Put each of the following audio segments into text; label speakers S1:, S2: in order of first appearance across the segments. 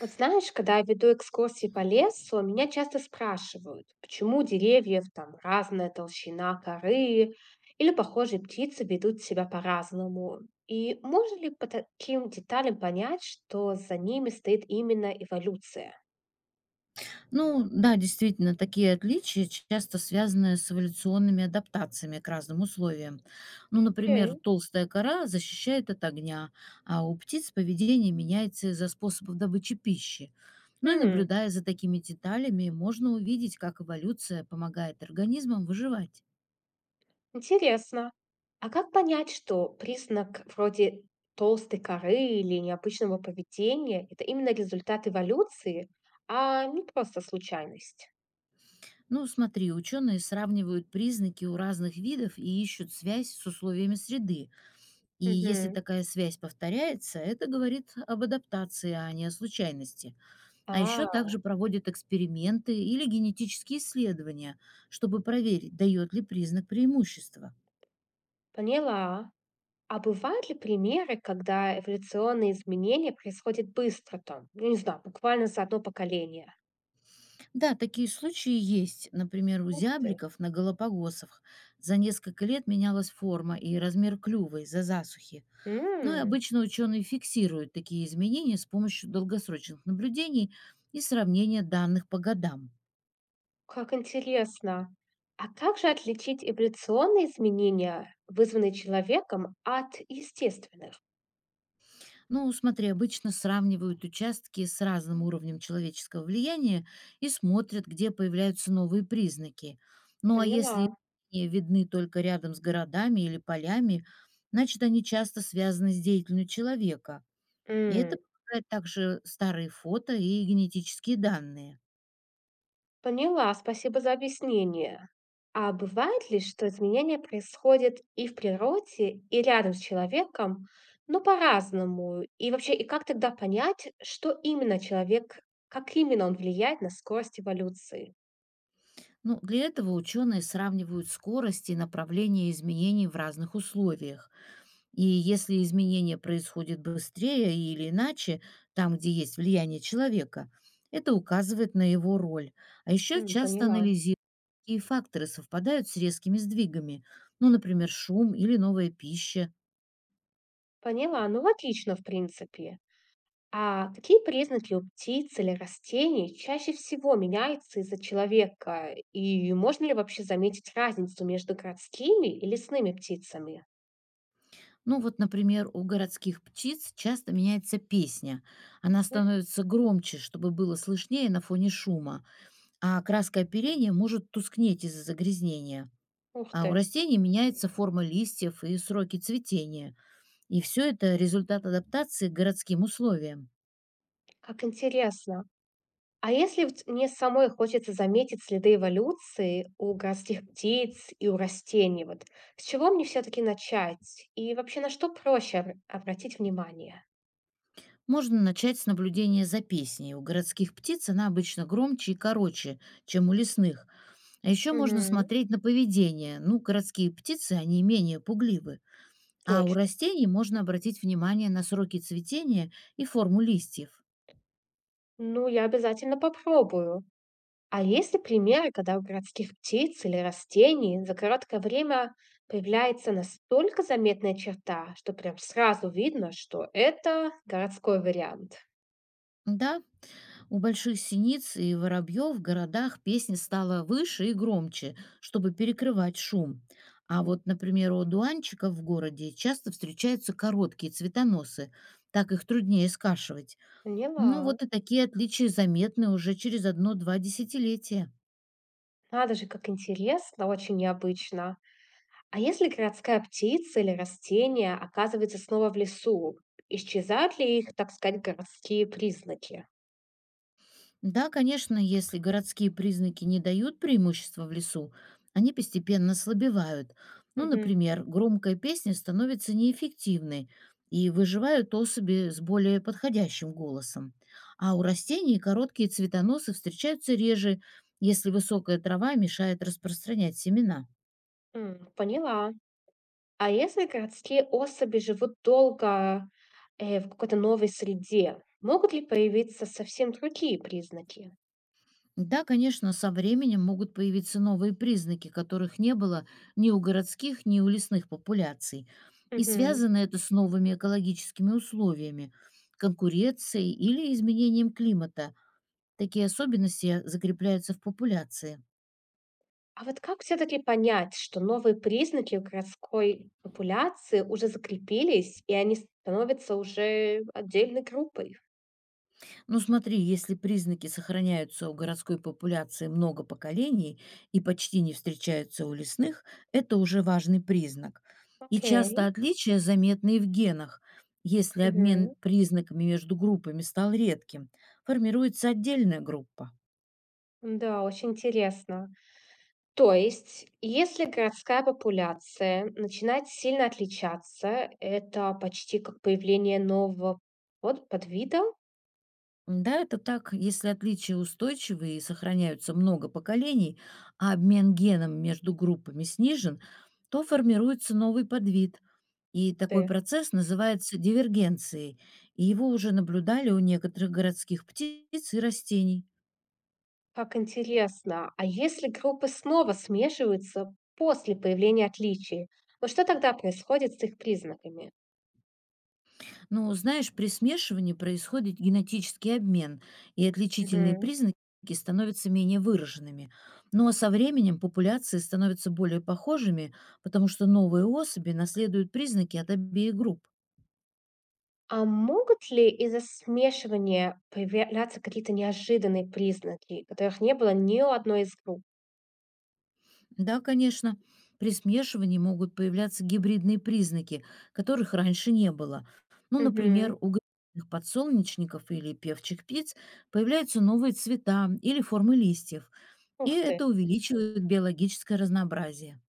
S1: Вот знаешь, когда я веду экскурсии по лесу, меня часто спрашивают, почему у деревьев там разная толщина коры или похожие птицы ведут себя по-разному. И можно ли по таким деталям понять, что за ними стоит именно эволюция?
S2: Ну да, действительно, такие отличия часто связаны с эволюционными адаптациями к разным условиям. Ну, например,
S1: Окей.
S2: толстая кора защищает от огня, а у птиц поведение меняется из-за способов добычи пищи. Ну и
S1: Хм,
S2: наблюдая за такими деталями, можно увидеть, как эволюция помогает организмам выживать.
S1: интересно. А как понять, что признак вроде толстой коры или необычного поведения – это именно результат эволюции, а не просто случайность?
S2: Ну, смотри, ученые сравнивают признаки у разных видов и ищут связь с условиями среды. И если
S1: Угу.
S2: такая связь повторяется, это говорит об адаптации, а не о случайности. А
S1: А,
S2: еще также проводят эксперименты или генетические исследования, чтобы проверить, дает ли признак преимущества.
S1: поняла. А бывают ли примеры, когда эволюционные изменения происходят быстро там? Ну, не знаю, буквально за одно поколение.
S2: Да, такие случаи есть. Например, у
S1: Ух ты.
S2: зябликов на Галапагосах за несколько лет менялась форма и размер клюва из-за засухи. Но и
S1: М,
S2: обычно ученые фиксируют такие изменения с помощью долгосрочных наблюдений и сравнения данных по годам.
S1: как интересно. А как же отличить эволюционные изменения, вызванные человеком, от естественных?
S2: Ну, смотри, обычно сравнивают участки с разным уровнем человеческого влияния и смотрят, где появляются новые признаки. Ну а если
S1: Поняла.
S2: они видны только рядом с городами или полями, значит, они часто связаны с деятельностью человека. И это
S1: М.
S2: помогает также старые фото и генетические данные.
S1: Поняла, спасибо за объяснение. А бывает ли, что изменения происходят и в природе, и рядом с человеком, но по-разному? И вообще, и как тогда понять, что именно человек, как именно он влияет на скорость эволюции?
S2: Ну, для этого ученые сравнивают скорость и направление изменений в разных условиях. И если изменение происходит быстрее или иначе, там, где есть влияние человека, это указывает на его роль. А еще
S1: М,
S2: часто
S1: поняла.
S2: анализируют, какие факторы совпадают с резкими сдвигами, ну, например, шум или новая пища.
S1: Поняла, ну отлично, в принципе. А какие признаки у птиц или растений чаще всего меняются из-за человека? И можно ли вообще заметить разницу между городскими и лесными птицами?
S2: Ну вот, например, у городских птиц часто меняется песня. Она
S1: М,
S2: становится громче, чтобы было слышнее на фоне шума, а краска оперения может тускнеть из-за загрязнения.
S1: ух
S2: А у
S1: ты.
S2: растений меняется форма листьев и сроки цветения. И все это результат адаптации к городским условиям.
S1: Как интересно. А если вот мне самой хочется заметить следы эволюции у городских птиц и у растений, вот с чего мне все-таки начать? И вообще на что проще обратить внимание?
S2: Можно начать с наблюдения за песней. У городских птиц она обычно громче и короче, чем у лесных. А еще можно
S1: Мгм.
S2: смотреть на поведение. Ну, городские птицы, они менее пугливы. А у
S1: Точно.
S2: растений можно обратить внимание на сроки цветения и форму листьев.
S1: Ну, я обязательно попробую. А есть ли примеры, когда у городских птиц или растений за короткое время появляется настолько заметная черта, что прям сразу видно, что это городской вариант?
S2: Да, у больших синиц и воробьев в городах песня стала выше и громче, чтобы перекрывать шум. А
S1: М,
S2: вот, например, у дуанчиков в городе часто встречаются короткие цветоносы, так их труднее скашивать. Ну
S1: поняла.
S2: вот и такие отличия заметны уже через одно-два десятилетия.
S1: Надо же, как интересно, очень необычно. А если городская птица или растение оказывается снова в лесу, исчезают ли их, так сказать, городские признаки?
S2: Да, конечно, если городские признаки не дают преимущества в лесу, они постепенно слабевают. Ну,
S1: Мгм.
S2: например, громкая песня становится неэффективной, и выживают особи с более подходящим голосом. А у растений короткие цветоносы встречаются реже, если высокая трава мешает распространять семена.
S1: М, поняла. А если городские особи живут долго, в какой-то новой среде, могут ли появиться совсем другие признаки?
S2: Да, конечно, со временем могут появиться новые признаки, которых не было ни у городских, ни у лесных популяций. И
S1: Мгм.
S2: связано это с новыми экологическими условиями, конкуренцией или изменением климата. Такие особенности закрепляются в популяции.
S1: А вот как все-таки понять, что новые признаки у городской популяции уже закрепились, и они становятся уже отдельной группой?
S2: Ну смотри, если признаки сохраняются у городской популяции много поколений и почти не встречаются у лесных, это уже важный признак. И часто
S1: Окей.
S2: отличия заметны и в генах. Если обмен
S1: Мгм.
S2: признаками между группами стал редким, формируется отдельная группа.
S1: Да, очень интересно. То есть, если городская популяция начинает сильно отличаться, это почти как появление нового подвида?
S2: Да, это так, если отличия устойчивы и сохраняются много поколений, а обмен геном между группами снижен, то формируется новый подвид. И такой
S1: Ты
S2: процесс называется дивергенцией, и его уже наблюдали у некоторых городских птиц и растений.
S1: как интересно. А если группы снова смешиваются после появления отличий, вот что тогда происходит с их признаками?
S2: Но, знаешь, при смешивании происходит генетический обмен, и отличительные
S1: Мгм.
S2: признаки становятся менее выраженными. Но со временем популяции становятся более похожими, потому что новые особи наследуют признаки от обеих групп.
S1: А могут ли из-за смешивания появляться какие-то неожиданные признаки, которых не было ни у одной из групп?
S2: Да, конечно. При смешивании могут появляться гибридные признаки, которых раньше не было. Ну,
S1: Мгм.
S2: например, у грибных подсолнечников или певчих птиц появляются новые цвета или формы листьев, и
S1: Ух ты,
S2: это увеличивает биологическое разнообразие.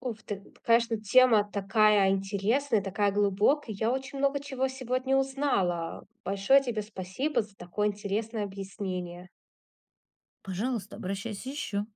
S1: ух ты. Конечно, тема такая интересная, такая глубокая. Я очень много чего сегодня узнала. Большое тебе спасибо за такое интересное объяснение.
S2: Пожалуйста, обращайся еще.